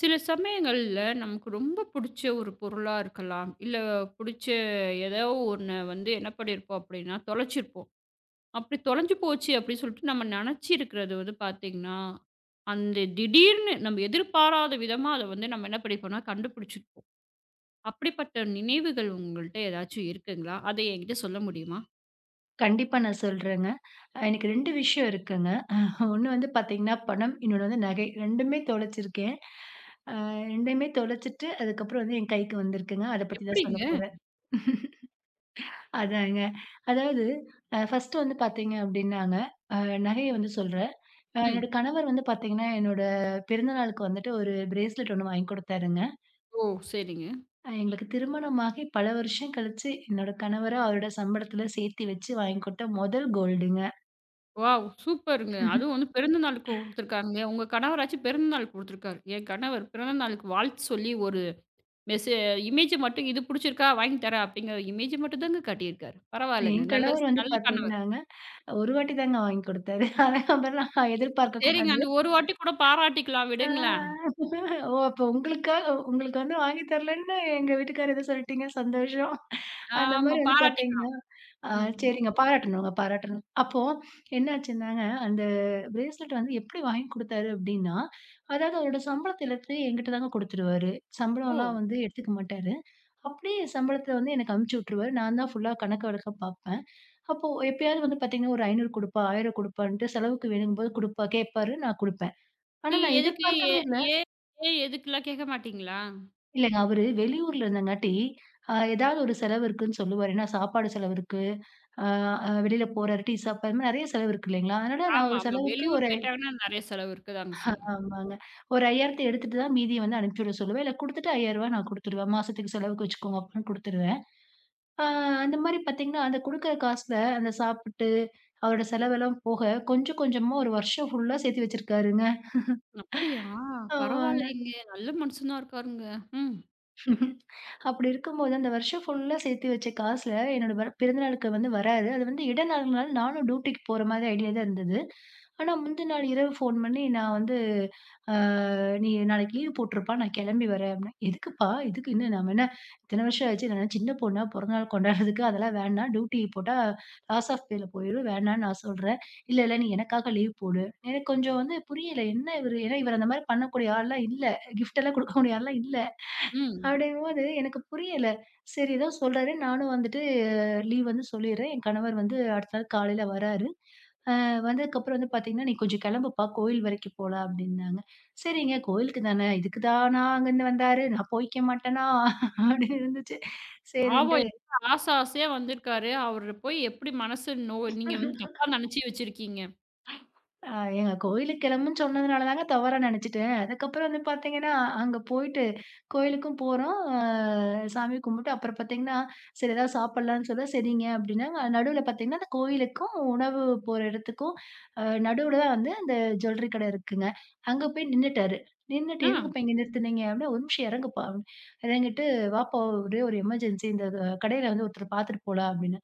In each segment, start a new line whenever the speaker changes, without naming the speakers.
சில சமயங்கள்ல நமக்கு ரொம்ப பிடிச்ச ஒரு பொருளா இருக்கலாம். இல்ல பிடிச்ச ஏதோ ஒண்ண வந்து என்ன பண்ணியிருப்போம் அப்படின்னா, தொலைச்சிருப்போம். அப்படி தொலைஞ்சு போச்சு அப்படின்னு சொல்லிட்டு நம்ம நெனச்சிருக்கிறது வந்து பார்த்தீங்கன்னா, அந்த திடீர்னு நம்ம எதிர்பாராத விதமா அத வந்து நம்ம என்ன பண்ணிப்போம்னா கண்டுபிடிச்சிருப்போம். அப்படிப்பட்ட நினைவுகள் உங்கள்ட்ட ஏதாச்சும் இருக்குங்களா? அத என்கிட்ட சொல்ல முடியுமா?
கண்டிப்பா நான் சொல்றேங்க. எனக்கு 2 விஷயம் இருக்குங்க. ஒண்ணு வந்து பார்த்தீங்கன்னா பணம், இன்னொன்னு வந்து நகை. 2மே தொலைச்சிருக்கேன். அ 2யுமே தொலைச்சிட்டு அதுக்கப்புறம் வந்து என் கைக்கு வந்திருக்குங்க. அத பத்தி தான் சொல்ல
எப்படிங்க?
போறேன். அதாங்க. அதாவது ஃபர்ஸ்ட்டு வந்து பார்த்தீங்க அப்டின்னாங்க, அ நகைய வந்து சொல்றேன். என்னோட
ம்.
கணவர் வந்து பார்த்தீங்கன்னா, என்னோட பிறந்த நாளுக்கு வந்துட்டு ஒரு பிரேஸ்லெட் ஒண்ணு வாங்கி குடுத்தாருங்க.
ஓ! சரிங்க.
எங்களுக்கு திருமணமாகி பல வருஷம் கழிச்சு, என்னோட கணவரு அவரோட சம்பளத்துல சேர்த்து வச்சு வாங்கி குடுத்த முதல் கோல்டுங்க.
வாவ்! சூப்பருங்க. அதுவும் வந்து பிறந்த நாளுக்கு குடுத்துருக்காங்களே, உங்க கணவராச்சும் பிறந்த நாளுக்கு குடுத்துருக்காரு. என் கணவர் பிறந்த நாளுக்கு வாழ்த்து சொல்லி ஒரு மெசே இமேஜ் மட்டும் இது புடிச்சிருக்கா வாங்கி தரேன் அப்படிங்கிற இமேஜ் மட்டும் தாங்க காட்டியிருக்காரு. பரவாயில்லங்க.
என்
நல்ல
கணவர் வந்து
நல்ல கணவர்.
பாத்தீங்கன்னாங்க, ஒரு வாட்டி தாங்க வாங்கி குடுத்தாரு. அதுக்கப்புறம் நான் எதிர்பார்க்க
சரிங்க.
கூடாது.
அந்த ஒரு வாட்டி கூட பாராட்டிக்கலாம் விடுங்களேன்.
ஆ ஓ! அப்ப உங்களுக்காக உங்களுக்கு வந்து வாங்கி தரலன்னு எங்க வீட்டுக்காரர் ஏதோ சொல்லிட்டீங்க. சந்தோஷம். அந்த
ஆமா
மாரி வந்து பாத்தீங்கன்னா,
பாராட்டிக்கலாம்.
ஆ
ம்.
சரிங்க. பாராட்டணுங்க, பாராட்டணும். அப்போ என்னாச்சுன்னாங்க, அந்த பிரேஸ்லெட் வந்து எப்படி வாங்கி குடுத்தாரு அப்படின்னா, அதாவது அவரோட சம்பளத்த எல்லாத்தையும் என்கிட்ட தாங்க குடுத்துருவாரு.
ஓ!
சம்பளம்லாம் வந்து எடுத்துக்க மாட்டாரு. அப்படியே சம்பளத்த வந்து எனக்கு அனுப்பிச்சு விட்டுருவாரு. நான் தான் ஃபுல்லா கணக்கு வழக்கா பாப்பேன். அப்போ எப்பயாவது வந்து பார்த்தீங்கன்னா, ஒரு 500 குடுப்பா, 1000 குடுப்பான்ட்டு செலவுக்கு வேணுங்கும்போது குடுப்பா கேட்பாரு. நான் குடுப்பேன். ஆனா
நீங்க
நான்
எதுக்கு
எதிர்பார்க்கவே
ஏ
இல்ல.
ஏன் ஏன் எதுக்குலாம் கேட்க மாட்டீங்களா?
இல்லங்க அவரு வெளியூர்ல இருந்தங்காட்டி, ஏதாவது ஒரு செலவு இருக்குன்னு சொல்லுவாரு. ஏன்னா சாப்பாடு செலவு இருக்கு. அ அ வெளியில போறாரு, டீ சாப்பாடு இது மாரி நெறைய செலவு இருக்கு இல்லைங்களா? அதனால நான்
ஆமா,
ஒரு
ஆமா.
செலவுக்கு
வெளியூர்
ஒரு
போயிட்டாங்கன்னா நெறைய செலவு இருக்கதாங்க செய்யும்.
ஆமாங்க. ஒரு 5000 எடுத்துட்டு தான் மீதிய வந்து அனுப்பிச்சு விட சொல்லுவேன். இல்ல குடுத்துட்டு ரூ. 5000 நான் குடுத்துருவேன். மாசத்துக்கு செலவுக்கு வச்சுக்கோங்க அப்படின்னு குடுத்துருவேன். ஆ அந்த மாரி பார்த்தீங்கன்னா, அந்த குடுக்குற காசுல அந்த சாப்பிட்டு, அவரோட செலவெல்லாம் போக கொஞ்சம் கொஞ்சமா ஒரு வருஷம் ஃபுல்லா சேர்த்து வச்சிருக்காருங்க.
அப்படியா?
ஆமாங்க.
பரவாயில்லைங்க. நல்ல மனுஷனா இருக்காருங்க. ம்,
அப்படி இருக்கும்போது, அந்த வருஷம் ஃபுல்லா சேர்த்து வச்ச காசுல என்னோட வர பிறந்தநாளுக்கு வந்து வராது. அது வந்து இடைநாள்னால நானும் டியூட்டிக்கு போற மாதிரி ஐடியா தான் இருந்தது. ஆனா, முந்தின நாள் இரவு ஃபோன் பண்ணி நான் வந்து, "ஆ நீ நாளைக்கு லீவ் போட்டுருப்பா, நான் கிளம்பி வரேன்" அப்படின்னா, "எதுக்குப்பா? இதுக்கு என்ன நம்ம என்ன இத்தன வருஷம் ஆச்சு, நான் என்ன சின்ன பொண்ணா பிறந்தநாள் கொண்டாடுறதுக்கு? அதெல்லாம் வேண்டாம். டியூட்டி போட்டா லாஸ் ஆஃப் பேல போயிரும். வேணாம்னு நான் சொல்றேன்." "இல்ல, நீ எனக்காக லீவ் போடு." எனக்கு கொஞ்சம் வந்து புரியல. என்ன இவரு ஏன்னா இவர் அந்த மாதிரி பண்ணக்கூடிய ஆள்லாம் இல்ல. கிஃப்ட் எல்லாம் கொடுக்கக்கூடிய ஆள்லாம் இல்ல.
ம்.
அப்படிங்கும்போது எனக்கு புரியல. சரி ஏதோ சொல்றாரு. நானும் வந்துட்டு லீவ் வந்து சொல்லிர்றேன். என் கணவர் வந்து அடுத்த நாள் காலையில வராரு. வந்ததுக்கப்புறம் வந்து பார்த்தீங்கன்னா, "நீ கொஞ்சம் கிளம்புப்பா, கோயில் வரைக்கும் போலாம்" அப்படின்னாங்க. "சரிங்க கோயிலுக்கு தானே, இதுக்கு தானா அங்கருந்து வந்தாரு, நான் போய்க்க மாட்டேனா?" அப்படின்னு இருந்துச்சு.
பாவம்
சரின்ட்டு
எவ்வளவு ஆசை ஆசையா வந்திருக்காரு. அவர போய் எப்படி மனசு நோ நீங்க வந்து தப்பா நெனச்சு வச்சிருக்கீங்க?
அ ஏங்க கோயிலுக்கு கிளம்புன்னு சொன்னதுனால தாங்க தவறா நெனச்சுட்டேன். அதுக்கப்புறம் வந்து பார்த்தீங்கன்னா, அங்க போயிட்டு கோயிலுக்கும் போறோம். சாமி கும்பிட்டு அப்புறம் பார்த்தீங்கன்னா, சரி ஏதாவது சாப்பிடலான்னு சொல்ல, சரிங்க அப்டின்னாங்க. நடுவுல பார்த்தீங்கன்னா, அந்த கோயிலுக்கும், உணவு போற இடத்துக்கும் நடுவுல தான் வந்து அந்த ஜுவல்லரி கடை இருக்குங்க. அங்க போய் நின்னுட்டாரு. நின்னுட்டு
ஆ.
"எதுக்குப்பா இங்க நிறுத்துனீங்க?" அப்டின்னா, "ஒரு நிமிஷம் இறங்குப்பா" அப்டின்னு இறங்கிட்டு, "வாப்பா ஒரே ஒரு எமர்ஜென்சி இந்த கடையில வந்து ஒருத்தர பார்த்துட்டு போலாம்" அப்டின்னு.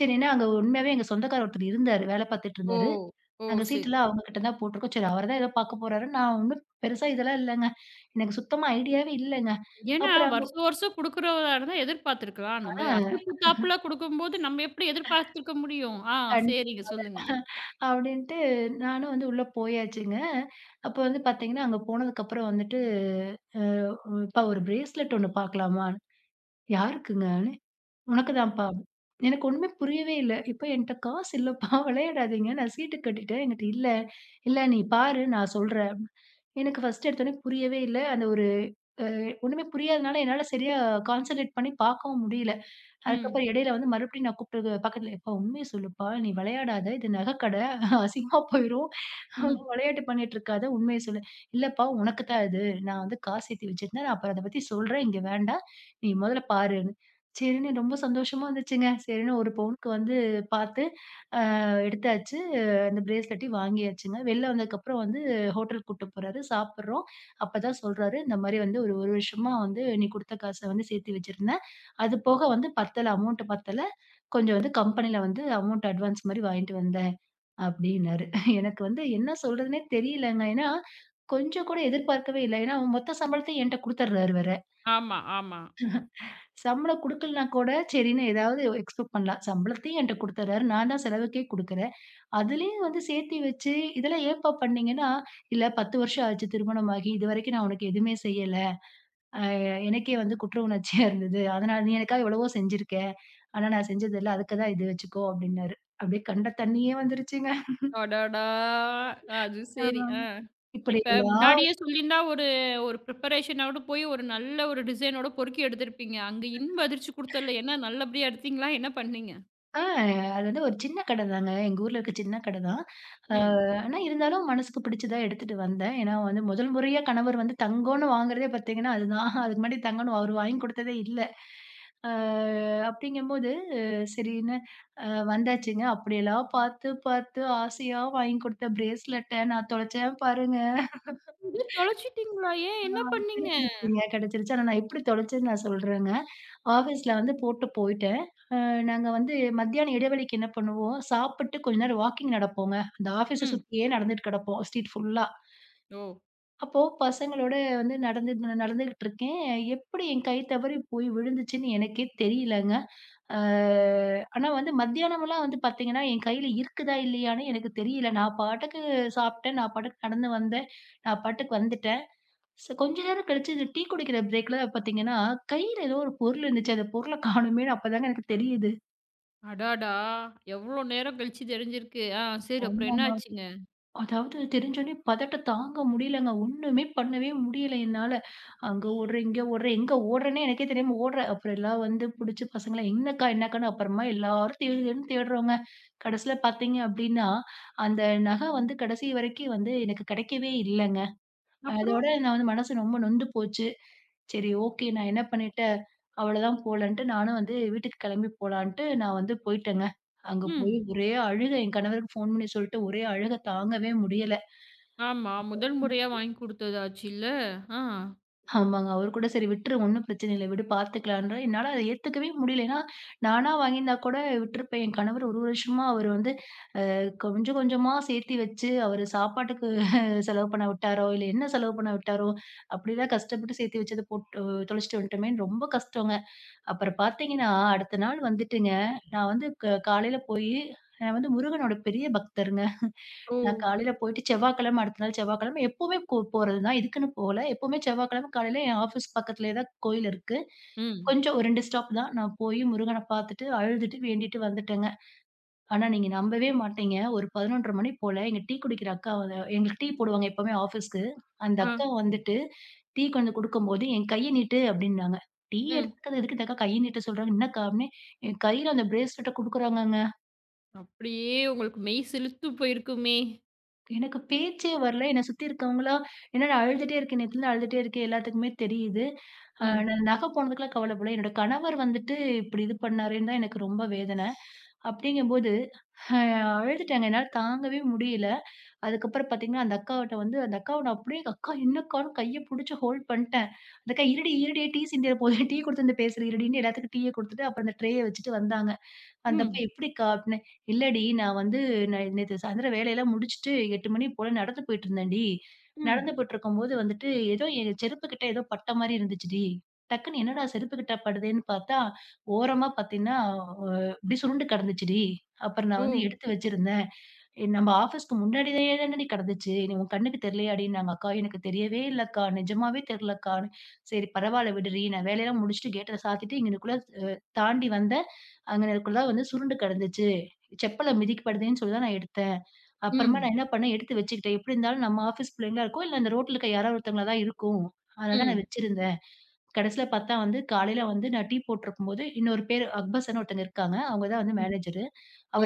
சரின்னா, அங்க உண்மையாவே எங்க சொந்தக்காரர் ஒருத்தர் இருந்தாரு. வேல பார்த்துட்டு
ஓ!
இருந்தாரு.
ஓ!
நாங்க
சரி.
சீட்டுலாம் அவங்க கிட்ட தான் போட்டுருக்கோம். சரி அவரு தான் ஏதோ பார்க்க போறாரு. நான் ஒண்ணும் பெருசா இதெல்லாம் இல்லங்க. எனக்கு சுத்தமா ஐடியாவே இல்லங்க.
ஏன்னா,
அப்புறம் அங்க
வருஷம் வருஷம் குடுக்குறவரா இருந்தா எதிர்பார்த்திருக்கலாம். நம்ம
ஆ
அத்திப்பூத்தாப்புல குடுக்கும்போது நம்ம எப்படி எதிர்பார்த்திருக்க முடியும்? ஆ
கண்டி
சரிங்க. சொல்லுங்க.
அப்படின்ட்டு நானும் வந்து உள்ள போயாச்சுங்க. அப்ப வந்து பார்த்தீங்கன்னா, அங்க போனதுக்கப்புறம் வந்துட்டு, "அப்பா ஒரு பிரேஸ்லெட் ஒண்ணு பார்க்கலாமா?" "யாருக்குங்கன்னு?" "உனக்கு தான்ப்பா." எனக்கு ஒண்ணுமே புரியவே இல்ல. "இப்ப என்ட்ட காசு இல்லப்பா விளையாடாதீங்க. நான் சீட்டு கட்டிட்டேன். என்கிட்ட இல்ல." "இல்ல நீ பாரு நான் சொல்றேன்." எனக்கு ஃபர்ஸ்ட் எடுத்தோனே புரியவே இல்ல. அந்த ஒரு அ ஒண்ணுமே புரியாதனால என்னால சரியா கான்சன்ட்ரேட் பண்ணி பார்க்கவும் முடியல.
ம்.
அதுக்கப்புறம் இடையில வந்து மறுபடியும் நான் கூப்பிட்டு பக்கத்துல, "எப்பா உண்மைய சொல்லுப்பா! நீ விளையாடாத. இது நகைக்கடை. அசிங்கமா போயிரும்.
ம்.
விளையாட்டு பண்ணிட்டு இருக்காத. உண்மைய சொல்லு." "இல்லப்பா உனக்கு தான் இது. நான் வந்து காசு சேர்த்து வச்சிருந்தேன். நான் அப்புறம் அத பத்தி சொல்றேன். இங்க வேண்டாம். நீ முதல்ல பாருன்னு." சரின்னு ரொம்ப சந்தோஷமா இருந்துச்சுங்க. சரின்னு ஒரு பவுனுக்கு வந்து பார்த்து எடுத்தாச்சு. அந்த பிரேஸ்லெட்டையும் வாங்கியாச்சுங்க. வெளில வந்ததுக்கப்புறம் வந்து ஹோட்டலுக்கு கூட்டு போறாரு. சாப்பிடுறோம். அப்பதான் சொல்றாரு, "இந்த மாரி வந்து ஒரு 1 வருஷமா வந்து நீ குடுத்த காச வந்து சேர்த்து வச்சிருந்தேன். அது போக வந்து பத்தல, அமௌண்ட் பத்தல. கொஞ்சம் வந்து கம்பெனில வந்து அமௌண்ட் அட்வான்ஸ் மாரி வாங்கிட்டு வந்தேன்." அப்படின்னாரு. எனக்கு வந்து என்ன சொல்றதுன்னே தெரியலங்க. ஏன்னா, கொஞ்சம் கூட எதிர்பார்க்கவே இல்ல. ஏன்னா, அவன் மொத்த சம்பளத்தையும் என்ட்ட குடுத்துர்றாரு வேற.
ஆமா, ஆமா.
சம்பளம் குடுக்கலனா கூட சரின்னு ஏதாவது எக்ஸ்பெக்ட் பண்ணலாம். சம்பளத்தையும் என்ட்ட குடுத்துர்றாரு. நான் தான் செலவுக்கே குடுக்குறேன். அதுலயும் வந்து சேர்த்தி வச்சு, இதெல்லாம் ஏன்ப்பா பண்ணீங்கன்னா, "இல்ல 10 வருஷம் ஆச்சு திருமணமாகி. இதுவரைக்கும் நான் உனக்கு எதுவுமே செய்யல. அ எனக்கே வந்து குற்ற உணர்ச்சியா இருந்தது. அதனால நீ எனக்காக எவ்வளவோ செஞ்சிருக்க. ஆனா நான் செஞ்சது இல்ல. அதுக்கு தான் இது வச்சுக்கோ" அப்டின்னாரு. அப்டியே கண்ல தண்ணியே வந்துருச்சுங்க.
அடடா! அது சரி. ஆ.
ஆமாங்க.
இப்ப
இப்படியெல்லாம்
முன்னாடியே சொல்லியிருந்தா ஒரு ஒரு ப்ரிப்பரேஷனோட போய் ஒரு நல்ல ஒரு டிசைனோட பொறுக்கி எடுத்திருப்பீங்க. அங்க இன்ப அதிர்ச்சி குடுத்தல்ல. என்ன நல்லபடியா எடுத்தீங்களா? என்ன பண்ணீங்க?
ஆ அது வந்து ஒரு சின்ன கடை தாங்க. எங்க ஊர்ல இருக்க சின்ன கடை தான். அ
ம்.
ஆனா இருந்தாலும் மனசுக்கு பிடிச்சதா எடுத்துட்டு வந்தேன். ஏன்னா வந்து முதல் முறையா கணவர் வந்து தங்கம்னு வாங்குறதே பார்த்தீங்கன்னா, அதுதான். அதுக்கு முன்னாடி தங்கம்னு அவரு வாங்கி கொடுத்ததே இல்ல. அ அப்படிங்கும்போது சரின்னு அ வந்தாச்சுங்க. அப்படியெல்லாம் பார்த்து, பார்த்து ஆசையா வாங்கி கொடுத்த பிரேஸ்லெட்ட நான் தொலைச்சேன் பாருங்க.
இது தொலைச்சிட்டீங்களா? ஏன் என்ன பண்ணீங்க?
கிடைச்சிருச்சுங்க, கிடைச்சிருச்சு. ஆனா நான் எப்படி தொலைச்சேன்னு நான் சொல்றேங்க. ஆஃபீஸ்ல வந்து போட்டு போயிட்டேன். நாங்க வந்து மத்தியான இடைவெளிக்கு என்ன பண்ணுவோம், சாப்பிட்டு கொஞ்ச நேரம் வாக்கிங் நடப்போங்க. அந்த ஆஃபீஸ
ம்.
சுத்தியே நடந்துட்டு கிடப்போம், ஸ்ட்ரீட் ஃபுல்லா.
ஓ!
அப்போ பசங்களோட வந்து நடந்து நடந்துகிட்டு இருக்கேன். எப்படி என் கை தவறி போய் விழுந்துச்சுன்னு எனக்கே தெரியலங்க. அ ஆனா வந்து மத்தியானம்லாம் வந்து பார்த்தீங்கன்னா, என் கையில இருக்குதா இல்லையான்னு எனக்கு தெரியல. நான் பாட்டுக்கு சாப்பிட்டேன், நான் பாட்டுக்கு நடந்து வந்தேன், நான் பாட்டுக்கு வந்துட்டேன். சோ கொஞ்ச நேரம் கழிச்சு இந்த டீ குடிக்கிற பிரேக்ல பார்த்தீங்கன்னா, கையில ஏதோ ஒரு பொருள் இருந்துச்சு. அந்த பொருள காணுமேன்னு அப்பதாங்க எனக்கு தெரியுது.
அடாடா! எவ்ளோ நேரம் கழிச்சு தெரிஞ்சிருக்கு. ஆ சரி அப்புறம் என்ன
ஆமா
ஆச்சுங்க?
அதாவது தெரிஞ்சோனே பதட்டம் தாங்க முடியலங்க. ஒண்ணுமே பண்ணவே முடியல என்னால. அங்க ஓடுறேன், இங்க ஓடுறேன், எங்க ஓடுறேன்னே எனக்கே தெரியாம ஓடுறேன். அப்புறம் எல்லாம் வந்து புடிச்சு பசங்கள என்னக்கா, என்னக்கான்னு அப்புறமா எல்லாரும் தேடு தேடுன்னு தேடுறோங்க. கடைசில பார்த்தீங்க அப்டின்னா, அந்த நகை வந்து கடைசி வரைக்கும் வந்து எனக்கு கிடைக்கவே இல்லங்க. அதோட
அப்புறம்?
நான் வந்து மனசு ரொம்ப நொந்து போச்சு. சரி ஓகே நான் என்ன பண்ணிட்டேன், அவ்வளதான் போலன்ட்டு நானும் வந்து வீட்டுக்கு கிளம்பி போலான்ட்டு நான் வந்து போயிட்டேங்க. அங்க போய்
ம்.
ஒரே அழுக. என் கணவருக்கு ஃபோன் பண்ணி சொல்லிட்டு ஒரே அழுக தாங்கவே முடியல.
ஆமா. முதல் முறையா வாங்கி குடுத்ததாச்சுல்ல. ஆ.
ஆமாங்க. அவரு கூட சரி விட்டுரு ஒண்ணும் பிரச்சனை இல்ல விடு பார்த்துக்கலான்றாரு. என்னால அத ஏத்துக்கவே முடியல. ஏன்னா, நானா வாங்கியிருந்தா கூட விட்டுருப்பேன். என் கணவர் 1 வருஷமா அவரு வந்து கொஞ்சம் கொஞ்சமா சேர்த்தி வச்சு, அவரு சாப்பாட்டுக்கு செலவு பண்ண விட்டாரோ, இல்ல என்ன செலவு பண்ண விட்டாரோ, அப்படிலாம் கஷ்டப்பட்டு சேர்த்து வச்சத போட்டு தொலைச்சுட்டு வந்துட்டோமேன்னு ரொம்ப கஷ்டங்க. அப்புறம் பார்த்தீங்கன்னா, அடுத்த நாள் வந்துட்டுங்க, நான் வந்து காலையில போயி நான் வந்து முருகனோட பெரிய பக்தருங்க.
ஓ!
நான் காலையில போயிட்டு செவ்வாய்க்கிழமை அடுத்த நாள் செவ்வாய்க்கிழமை எப்பவுமே கோ போறது தான். இதுக்குன்னு போல. எப்பவுமே செவ்வாய்க்கிழமை காலையில என் ஆஃபீஸ் பக்கத்திலேயே தான் கோயில் இருக்கு.
ம்.
கொஞ்சம் ஒரு 2 ஸ்டாப் தான். நான் போய் முருகன பார்த்துட்டு, அழுதுட்டு, வேண்டிட்டு வந்துட்டேங்க. ஆனா நீங்க நம்பவே மாட்டீங்க. ஒரு 11:30 மணி போல எங்க டீ குடிக்கிற அக்கா வ எங்களுக்கு டீ போடுவாங்க எப்பவுமே ஆஃபீஸ்க்கு. அந்த
ஆ.
அக்கா வந்துட்டு டீ கொண்டு குடுக்கும்போது, "என் கைய நீட்டு" அப்படின்னாங்க. டீ
ம்.
எடுத்துக்கறது எதுக்கு இந்த அக்கா கைய நீட்ட சொல்றாங்க? என்னக்கா? அப்படின்னு என் கையில அந்த பிரேஸ்லெட்ட குடுக்குறாங்கங்க.
அப்படியே உங்களுக்கு மெய் சிலுத்து போயிருக்குமே!
எனக்கு பேச்சே வரல. என்ன சுத்தி இருக்கவங்கலாம், "என்னடா அழுதுட்டே இருக்க, நேத்துலருந்து அழுதுட்டே இருக்க, எல்லாத்துக்குமே தெரியுது.
ம்.
நான் நகை போனதுக்குலாம் கவலைப்படல. என்னோட கணவர் வந்துட்டு இப்டி இது பண்ணாரேன்னு தான் எனக்கு ரொம்ப வேதனை." அப்டிங்கும்போது அ அழுதுட்டேங்க. என்னால தாங்கவே முடியல. அதுக்கப்புறம் பாத்தீங்கன்னா, அந்த அக்காட்ட வந்து அந்த அக்காவ நான் அப்டியே "அக்கா என்னக்கான்னு" கைய புடிச்சு ஹோல்ட் பண்ட்டேன். அந்த அக்கா "இருடி, டீ சிந்திற போது, டீ குடுத்து வந்து பேசுறேன் இருடின்னு" எல்லாத்துக்கும் டீய குடுத்துட்டு, அப்புறம் அந்த ட்ரேய வச்சுட்டு வந்தாங்க. அந்த அப்பா
ம்.
எப்படிக்கா? அப்டின்னேன். இல்லடி நான் வந்து நான் நேத்து சாயந்தரம் வேலையெல்லாம் முடிச்சுட்டு 8 மணி போல நடந்து போயிட்டுருந்தேன்டி.
ம்.
நடந்து போயிட்டுருக்கும்போது வந்துட்டு ஏதோ என் செருப்பு கிட்ட ஏதோ பட்ட மாரி இருந்துச்சுடி. டக்குன்னு என்னடா செருப்பு கிட்ட படுதேன்னு பார்த்தா, ஓரமா பார்த்தீங்கன்னா, அ இப்டி சுருண்டு கிடந்துச்சுடி. அப்புறம் நான்
ஓ!
வந்து எடுத்து வச்சிருந்தேன். நம்ம ஆஃபீஸ்க்கு முன்னாடி தானடி கிடந்துச்சு. "நீ உன் கண்ணுக்கு தெரியலையாடின்னாங்க." அக்கா எனக்கு தெரியவே இல்லக்கா. நிஜமாவே தெரியலக்கான்னு. சரி பரவால்ல விடுடி. நான் வேலையெல்லாம் முடிச்சுட்டு கேட்ட சாத்திட்டு இங்கனக்குள்ள அ தாண்டி வந்தேன். அங்க எனக்குள்ள வந்து சுருண்டு கிடந்துச்சு. செப்பல மிதிப்படுதேன்னு சொல்லி தான் நான் எடுத்தேன். அப்புறமா நான்
ம்.
என்ன பண்ணேன், எடுத்து வச்சுக்கிட்டேன். எப்படி இருந்தாலும் நம்ம ஆஃபீஸ் பிள்ளைங்களா இருக்கும். இல்ல அந்த ரோட்ல இருக்க யாராவது ஒருத்தவங்களா தான் இருக்கும். அதனால தான் நான்
ம்.
வச்சிருந்தேன். கடைசியில பார்த்தா வந்து காலையில வந்து நான் டீ போட்டிருக்கும்போது, இன்னொரு பேரு அக்பர்ஸ்ன்னு ஒருத்தங்க இருக்காங்க. அவங்க தான் வந்து
ம்.
மேனேஜரு.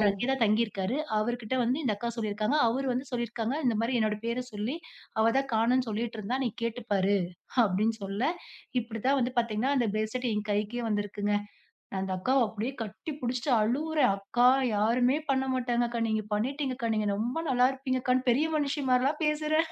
ஓ!
அங்கேயே தான் தங்கியிருக்காரு. அவர்கிட்ட வந்து இந்த அக்கா சொல்லியிருக்காங்க. அவரு வந்து சொல்லியிருக்காங்க, இந்த மாரி என்னோட பேர சொல்லி, அவ தான் காணோம்ன்னு சொல்லிட்டு இருந்தா, நீ கேட்டுப்பாரு அப்படின்னு சொல்ல, இப்படித்தான் வந்து பார்த்தீங்கன்னா, அந்த பிரேஸ்லெட் என் கைக்கே வந்திருக்குங்க. நான் அந்த அக்காவ அப்படியே கட்டி புடிச்சுட்டு அழுவுறேன். "அக்கா யாருமே பண்ண மாட்டாங்கக்கா. நீங்க பண்ணிட்டீங்கக்கா. நீங்க ரொம்ப நல்லா இருப்பீங்கக்கான்னு" பெரிய மனுஷி மாரிலாம் பேசுறேன்.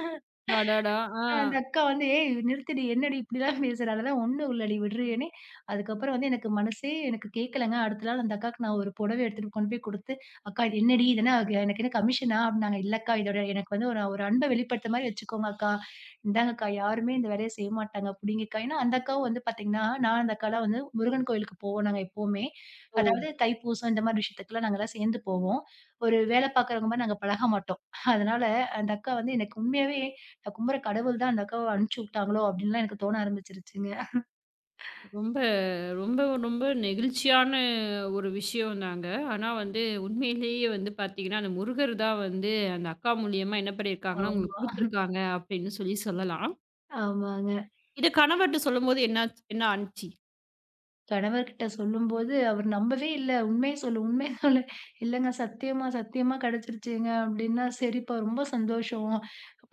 அடாடா! ஆ.
அந்த அக்கா வந்து, "ஏய் நிறுத்துடி, என்னடி இப்படிலாம் பேசுற?" அதெல்லாம் ஒண்ணும் இல்லடி விடுறியேன்னு, அதுக்கப்புறம் வந்து எனக்கு மனசே எனக்கு கேட்கலங்க. அடுத்த நாள் அந்த அக்காக்கு நான் ஒரு புடவை எடுத்துட்டு கொண்டு போய் குடுத்து, "அக்கா இது என்னடி? இது என்ன எனக்கு என்ன கமிஷனா?" அப்படின்னாங்க. "இல்லக்கா இதோட எனக்கு வந்து ஒரு ஒரு அன்ப வெளிப்படுத்த மாரி வச்சுக்கோங்க அக்கா. இந்தாங்கக்கா யாருமே இந்த வேலைய செய்ய மாட்டாங்க. புடிங்கக்கா." ஏன்னா அந்த அக்காவும் வந்து பார்த்தீங்கன்னா, நான் அந்த அக்காலாம் வந்து முருகன் கோயிலுக்கு போவோம் நாங்க எப்பவுமே.
ஓ!
அதாவது தைப்பூசம் இந்த மாரி விஷயத்துக்குலாம் நாங்கலாம் சேர்ந்து போவோம். ஒரு வேலை பார்க்குறவங்க மாரி நாங்க பழக மாட்டோம். அதனால அந்த அக்கா வந்து எனக்கு உண்மையாவே நான் கும்புற கடவுள் தான் அந்த அக்காவ அனுப்பிச்சு விட்டாங்களோ! அப்டின்லாம் எனக்கு தோண ஆரம்பிச்சுருச்சுங்க.
ரொம்ப ரொம்ப ரொம்ப நெகிழ்ச்சியான ஒரு விஷயம்தாங்க. ஆனா வந்து உண்மையிலேயே வந்து பார்த்தீங்கன்னா, அந்த முருகர் தான் வந்து அந்த அக்கா மூலியமா என்ன பண்ணியிருக்காங்கன்னா, உங்களுக்கு
ஆமா.
குடுத்துருக்காங்க அப்படின்னு சொல்லி சொல்லலாம்.
ஆமாங்க.
இத கணவர்ட்ட சொல்லும்போது என்னாச்சு என்ன ஆனுச்சு?
கணவர்கிட்ட சொல்லும்போது அவர் நம்பவே இல்ல. உண்மைய சொல்லு, உண்மைய சொல்லு. இல்லங்க சத்தியமா, சத்தியமா கிடைச்சிருச்சுங்க அப்டின்னா, சரிப்பா ரொம்ப சந்தோஷம்.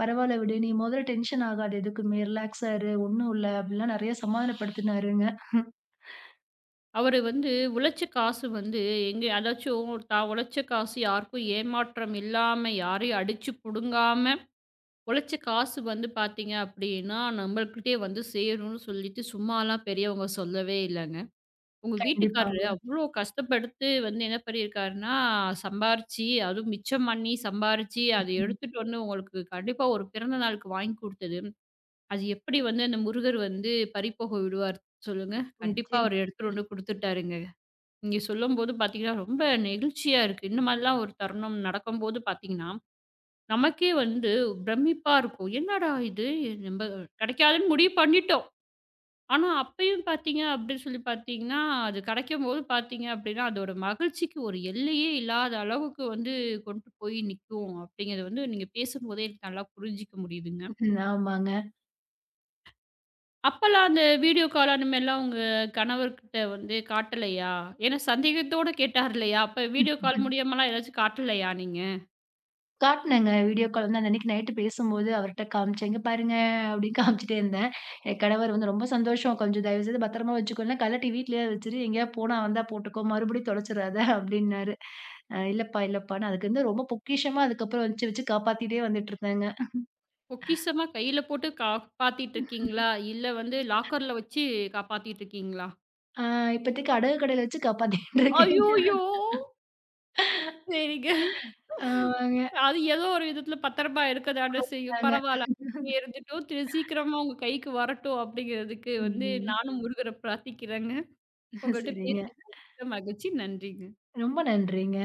பரவால்ல விடு. நீ மொதல்ல டென்ஷன் ஆகாத எதுக்குமே. ரிலாக்ஸா இரு. ஒண்ணும் இல்ல அப்டிலாம் நெறைய சமாதானப்படுத்தினாருங்க.
அவரு வந்து உழைச்ச காசு வந்து எங்க அதாச்சும் தான் உழைச்ச காசு யாருக்கும் ஏமாற்றம் இல்லாம, யாரையும் அடிச்சு புடுங்காம, உழைச்ச காசு வந்து பார்த்தீங்க அப்படின்னா, நம்மள்கிட்டயே வந்து சேரும்னு சொல்லிட்டு சும்மாலாம் பெரியவங்க சொல்லவே இல்லங்க. உங்க வீட்டுக்காரரு
கண்டிப்பாங்க.
அவ்ளோ கஷ்டப்படுத்து வந்து என்ன பண்ணியிருக்காருன்னா, சம்பாரிச்சு, அதுவும் மிச்சம் பண்ணி சம்பாரிச்சு, அத எடுத்துட்டு வந்து உங்களுக்கு கண்டிப்பா ஒரு பிறந்த நாளுக்கு வாங்கி குடுத்தது, அது எப்படி வந்து அந்த முருகர் வந்து பறிபோக விடுவார் சொல்லுங்க? கண்டிப்பா
நிச்சயம்.
அவரு எடுத்துட்டு வந்து குடுத்துட்டாருங்க. நீங்க சொல்லும்போது பார்த்தீங்கன்னா, ரொம்ப நெகிழ்ச்சியா இருக்கு. இந்த மாதிரிலாம் ஒரு தருணம் நடக்கும்போது பார்த்தீங்கன்னா, நமக்கே வந்து பிரமிப்பா இருக்கும். என்னடா இது! நம்ப கிடைக்காதுன்னு முடிவு பண்ணிட்டோம். ஆனா, அப்பயும் பார்த்தீங்க அப்படின்னு சொல்லி பார்த்தீங்கன்னா, அது கெடைக்கும்போது பார்த்தீங்க அப்படின்னா, அதோட மகிழ்ச்சிக்கு ஒரு எல்லையே இல்லாத அளவுக்கு வந்து கொண்டு போய் நிக்கும். அப்படிங்கிறது வந்து நீங்க பேசும்போதே எனக்கு நல்லா புரிஞ்சுக்க முடியுதுங்க.
ஆமாங்க.
அப்பலாம் அந்த வீடியோ கால் அந்த மாரிலாம் உங்க கணவர்கிட்ட வந்து காட்டலையா? ஏன்னா சந்தேகத்தோட கேட்டார் இல்லையா? அப்ப வீடியோ கால் மூலியமாலாம் ஏதாச்சும் காட்டலையா நீங்க?
காட்னேங்க. வீடியோ கால் வந்து அன்னன்னைக்கு நைட்டு பேசும்போது அவர்ட்ட காமிச்சேன். "இங்க பாருங்க" அப்படின்னு காமிச்சுட்டே இருந்தேன். என் கணவர் வந்து "ரொம்ப சந்தோஷம். கொஞ்சம் தயவு செய்து பத்திரமா வச்சுக்கோ. இல்லனா கழட்டி வீட்லயே வச்சுரு. எங்கேயாவது போனா வந்தா போட்டுக்கோ. மறுபடியும் தொலைச்சிடாத" அப்படின்னாரு. "இல்லப்பா, இல்லப்பா" ன்னு அதுக்கு வந்து ரொம்ப பொக்கிஷமா அதுக்கப்புறம் வச்சு வச்சு காப்பாத்திட்டே வந்துட்டு இருந்தேங்க.
பொக்கிஷமா கையில போட்டு காப்பாத்திட்டு இருக்கீங்களா? இல்ல வந்து லாக்கர்ல வச்சு காப்பாத்திட்டு இருக்கீங்களா?
அ இப்போதைக்கு அடகு கடையில வச்சு காப்பாத்திட்டு இருக்கேங்க.
ஐயோயோ! சரிங்க.
ஆமாங்க.
அது ஏதோ ஒரு விதத்துல பத்திரமா இருக்கதான செய்யும்.
ஆங்க.
பரவால்ல. அங்க இருந்துட்டும், திரு சீக்கிரமா உங்க கைக்கு வரட்டும் அப்படிங்கிறதுக்கு வந்து
ம்.
நானும் முருகர பிரார்த்திக்கிறேங்க. உங்கள்ட்ட
சரிங்க.
பேசியது மிக்க மகிழ்ச்சி. நன்றிங்க.
ரொம்ப நன்றிங்க.